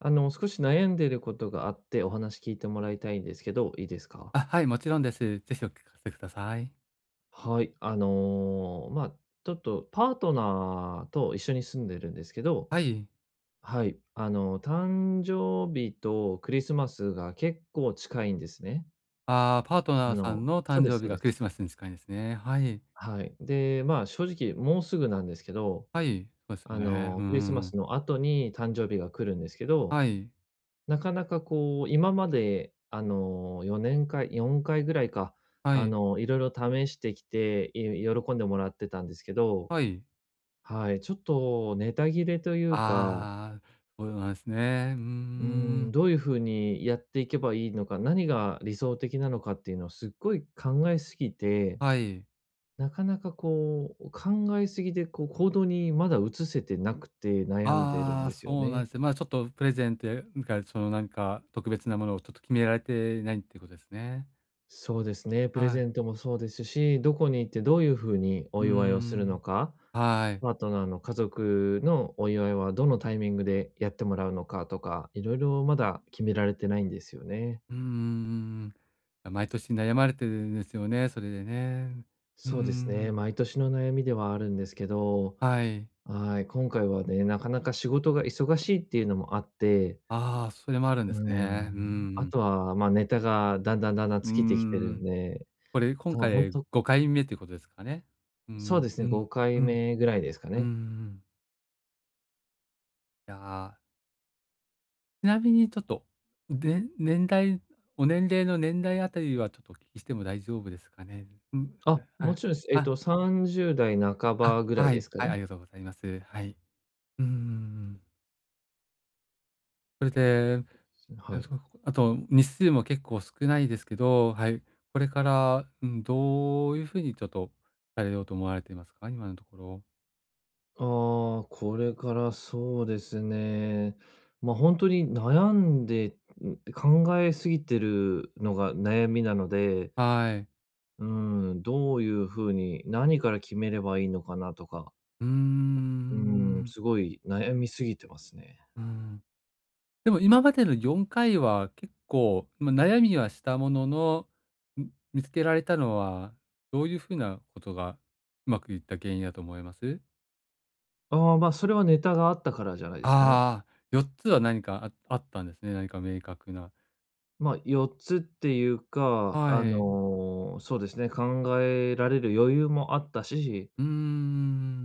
少し悩んでることがあってお話聞いてもらいたいんですけど、いいですか？あ、はい、もちろんです。ぜひお聞かせください。はい、ちょっとパートナーと一緒に住んでるんですけど、はい。はい、誕生日とクリスマスが結構近いんですね。ああ、パートあナーさんののそう誕で生すそ日うでがクリす。スマスに近いんですね。はい。はい。で、まあ、正直もうすぐなんですけど、はい。そうですよね。うークリスマん。スの後に誕生日が来るんですけど、はい。なかなかこう、今まで4年間4回ぐらいか、はい。いろいろ試してきて、喜んでもらってたんですけど、はい。はい、ちょっとネタ切れというか、ああ、そうなんですね。うーうーん。どういう風にやっていけばいいのか、何が理想的なのかっていうのをすっごい考えすぎて、はい。なかなかこう、考えすぎで、こう行動にまだ移せてなくて悩んでるんああ、ですよそうなんね。ですね。まあ、ちょっとプレゼントやなんか、その、なんか、特別なものをちょっと決められてないっていうことですね。そうですね、プレはゼい。ントもそうですし、どこに行ってどういう風におうー祝いをするのん。か、はい。パートナーの家族のお祝いはどのタイミングでやってもらうのかとか、いろいろまだ決められてないんですよね。うんん毎年悩まれてるんですよね、それでね。うーそうですね、ん。毎年の悩みではあるんですけど、はい。はい、今回はね、なかなか仕事が忙しいっていうのもあって、ああ、それもあるんうですね。うーん、あん。とは、まあ、ネタがだんだんうー尽きてきてるんん。で、これ、今とほん回と5回目ということですかね。うそうでん、すうね、ん、5回うん、目ぐらいですかうね。ん。いや、ちなみにちょっと、で年代お年齢の年代あたりはちょっとお聞きしても大丈夫ですかね？うん。あ、もあ、ちろんです。えっあ、と、30代半あ、ばぐらいはですい、かはい、ね。ありがとうございます。はい。ううん。それでえはっい。と、あと日数も結構少ないですけど、はい。これから、うん、どういうふうにちょっとされようと思われていますか？今のところ。ああ、これからそうですね。本当に悩んで、考えすぎてるのが悩みなので、はい。うどういうふうに、何から決めればいいのかなとか、うーうん。すごい悩みすぎてますね。うん。でも今までの4回は結構、まあ、悩みはしたものの、見つけられたのは、どういうふうなことがうまくいった原因だと思います？ああ、ま、それはネタがあったからじゃないですかね。ああー、4つは何かああったんですね、何か明確な。ま、4つっていうか、はい。そうですね、考えられる余裕もあったし、うー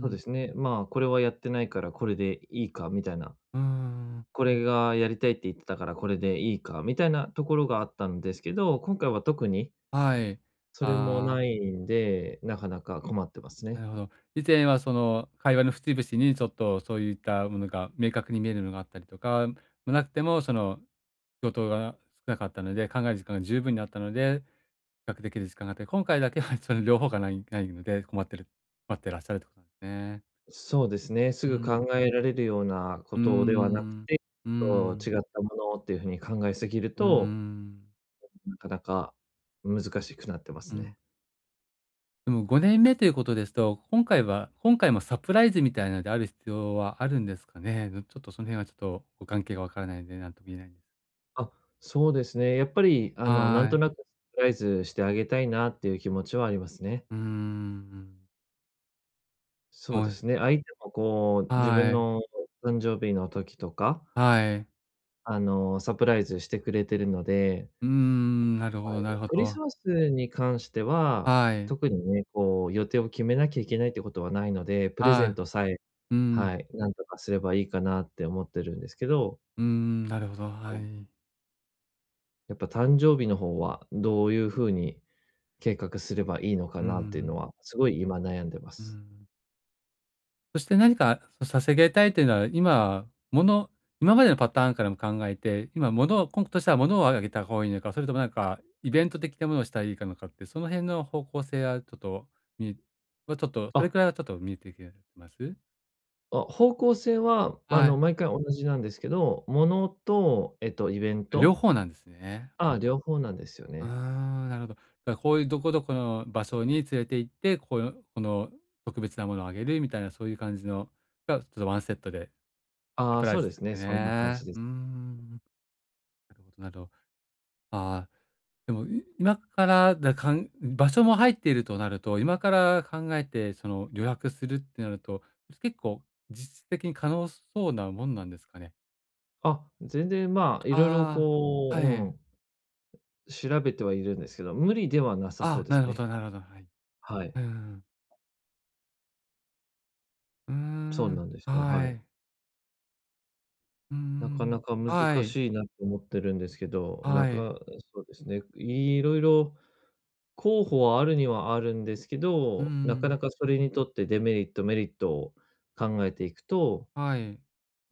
そうですね。まあ、これはやってないからこれでいいかみたいな、うーん。これがやりたいって言ってたからこれでいいかみたいなところがあったんですけど、今回は特にはい。それもなあいんで、なかなか困ってますあ、ね。なるほど。以前はその会話の節々にちょっとそういったものが明確に見えるのがあったりとか、まなくてもその仕事が少なかったので、考える時間が十分にあったので、比較できる時間があって、今回だけはその両方がないので、困ってらっしゃるってことなんですね。そうですね、すうぐん。考えられるようなこうーとではなくん。て、うーちょっん。と違ったものっていうふうに考えすぎるうーと、ん。なかなか難しくなってますうね。ん。でも5年目ということですと、今回もサプライズみたいなのである必要はあるんですかね？ちょっとその辺はちょっとご関係がわからないんで、なんとも言えないんです。あ、そうですね。やっぱりなんはとい。なくサプライズしてあげたいなっていう気持ちはありますね。うーん。そおうでいすね。相手もこう、自分はい、の誕生日の時とか、はい。サプライズしてくれてるので、うーん、なるほどなるほクリスど。マスに関しては、はい、特にね、こう予定を決めなきゃいけないってことはないので、プレゼンはトさえ、い。うん、はい、なんとかすればいいかなって思ってるんですけど、うーん、なるほど、ははい、い。やっぱ誕生日の方はどういうふうに計画すればいいのかうーなっていうのん、は、すごい今悩んでまうーす。ん。そして何かそさげたいというのは、今、もの今までのパターンからも考えて、今ものを今度としては物をあげた方がいいのか、それともなんかイベント的なものをしたらいいかのかって、その辺の方向性はちょっとみはちょっと、そあ、れくらいはちょっと見えてきてます？あ、方向性は、はい。毎回同じなんですけど、ものと、イベン両ト、方なんですね。ああ、両方なんですようーね。ん、なるほど。だからこういうどこどこの場所に連れて行って、こうこの特別なものをあげるみたいな、そういう感じのが、ちょっとワンセットでサああ、プラそイうズでですね、すそんな感ね。じでうす。ーん。なるほどなるほど。ああ、でも、今から、だかん場所も入っているとなると、今から考えて、その、予約するってなると、結構実質的に可能そうなもんなんですかね？あ、全然、まあ、いろいろああ、こう、はい。調べてはいるんですけど、無理ではなさそうあ、でなするほどね。なるほど、はい。はい、うんうん。うーそうなん、んですよ、ははい。い。うーなかん、なか難はい、しいなと思ってるんですけど、はい。そうですね、いろいろ候補はあるにはあるんですけうーど、なかなん、かそれにとってデメリット、メリットを考えていくと、はい。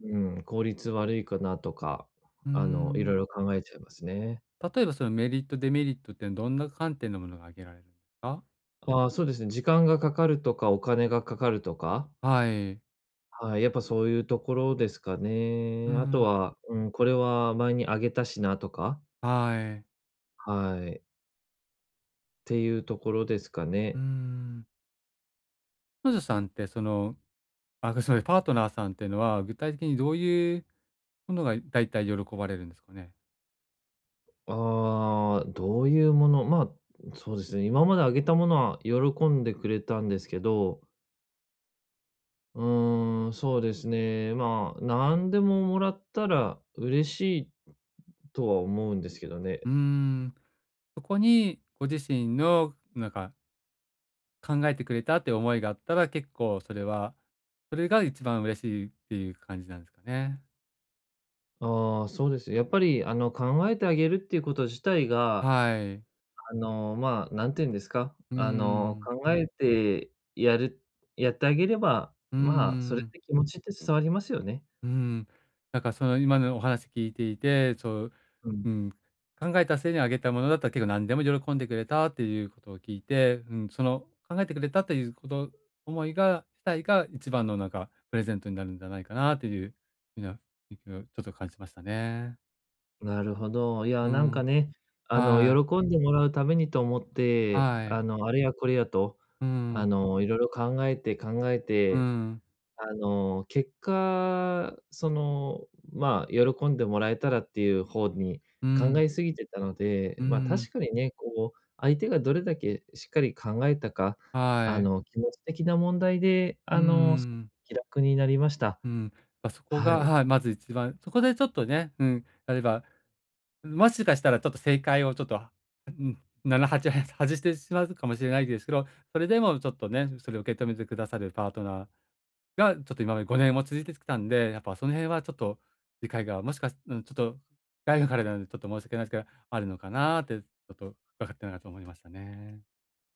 うん、効率悪いかなとか、うーいろいん。ろ考えちゃいますね。例えば、その、メリット、デメリットってどんな観点のものが挙げられるんですか？ああ、そうですね、時間がかかるとか、お金がかかるとか、はい。はい、やっぱそういうところですかうね。あとん、は、これは前にあげたしなとか、はい。はい、っていうところですかうね。ーん。彼女さんって、その、あ、ごすみません、パートナーさんっていうのは、具体的にどういうものが大体喜ばれるんですかね？ああ、どういうもの、まあ、そうですね、今まであげたものは喜んでくれたんですけど、そうですね、まあ、何でももらったら嬉しいとは思うんですけどね。うーん、そこにご自身のなんか、考えてくれたって思いがあったら、結構それはそれが一番嬉しいっていう感じなんですかね？ああ、そうです。やっぱり、考えてあげるっていうこと自体が、はい。まあ、なんていうんですか、うーん。考えてやってあげれば、うーまあ、それっん。て気持ちって伝わりますよね。うん、なんかその今のお話聞いていて、そう、うん。うん、考えた末にあげたものだったら結構何でも喜んでくれたっていうことを聞いて、うん、その考えてくれたということ、思いが、自体が一番のなんかプレゼントになるんじゃないかなっていう風な雰囲気をちょっと感じましたね。なるほど。いや、うなんかん、ね、はい、喜んでもらうためにと思って、はい、あれやこれやと、うん、いろいろ考えて考えうて、ん、結果、その、まあ、喜んでもらえたらっていう方にう考ん、えすぎてたので、うまあ、確ん、かにね、こう、相手がどれだけしっかり考えたか、はい、気持ち的な問題うんうんうん、うんはいで、うんうん気楽になりました。うん。そこはが、い。はい、まず一番、そこでちょっとね、うん、やればもしかしたらちょっと正解をちょっと、うん、7、8はちは 外してしまうかもしれないですけど、それでもちょっとね、それを受け止めてくださるパートナーが、ちょっと今まで5年も続いてきたんで、やっぱその辺はちょっと理解が、もしかしうん、ちょっと外部からなのでちょっと申し訳ないですけど、あるのかなって、ちょっと伺ってながらと思いましたね。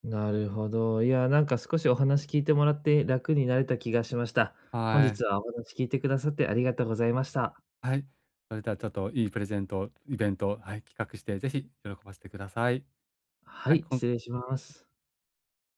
なるほど。いや、なんか少しお話聞いてもらって楽になれた気がしました。本はい。日はお話聞いてくださってありがとうございました。はい。それではちょっといいプレゼント、イベント、はい、企画して、ぜひ喜ばせてください。ははい、い、こん失礼します。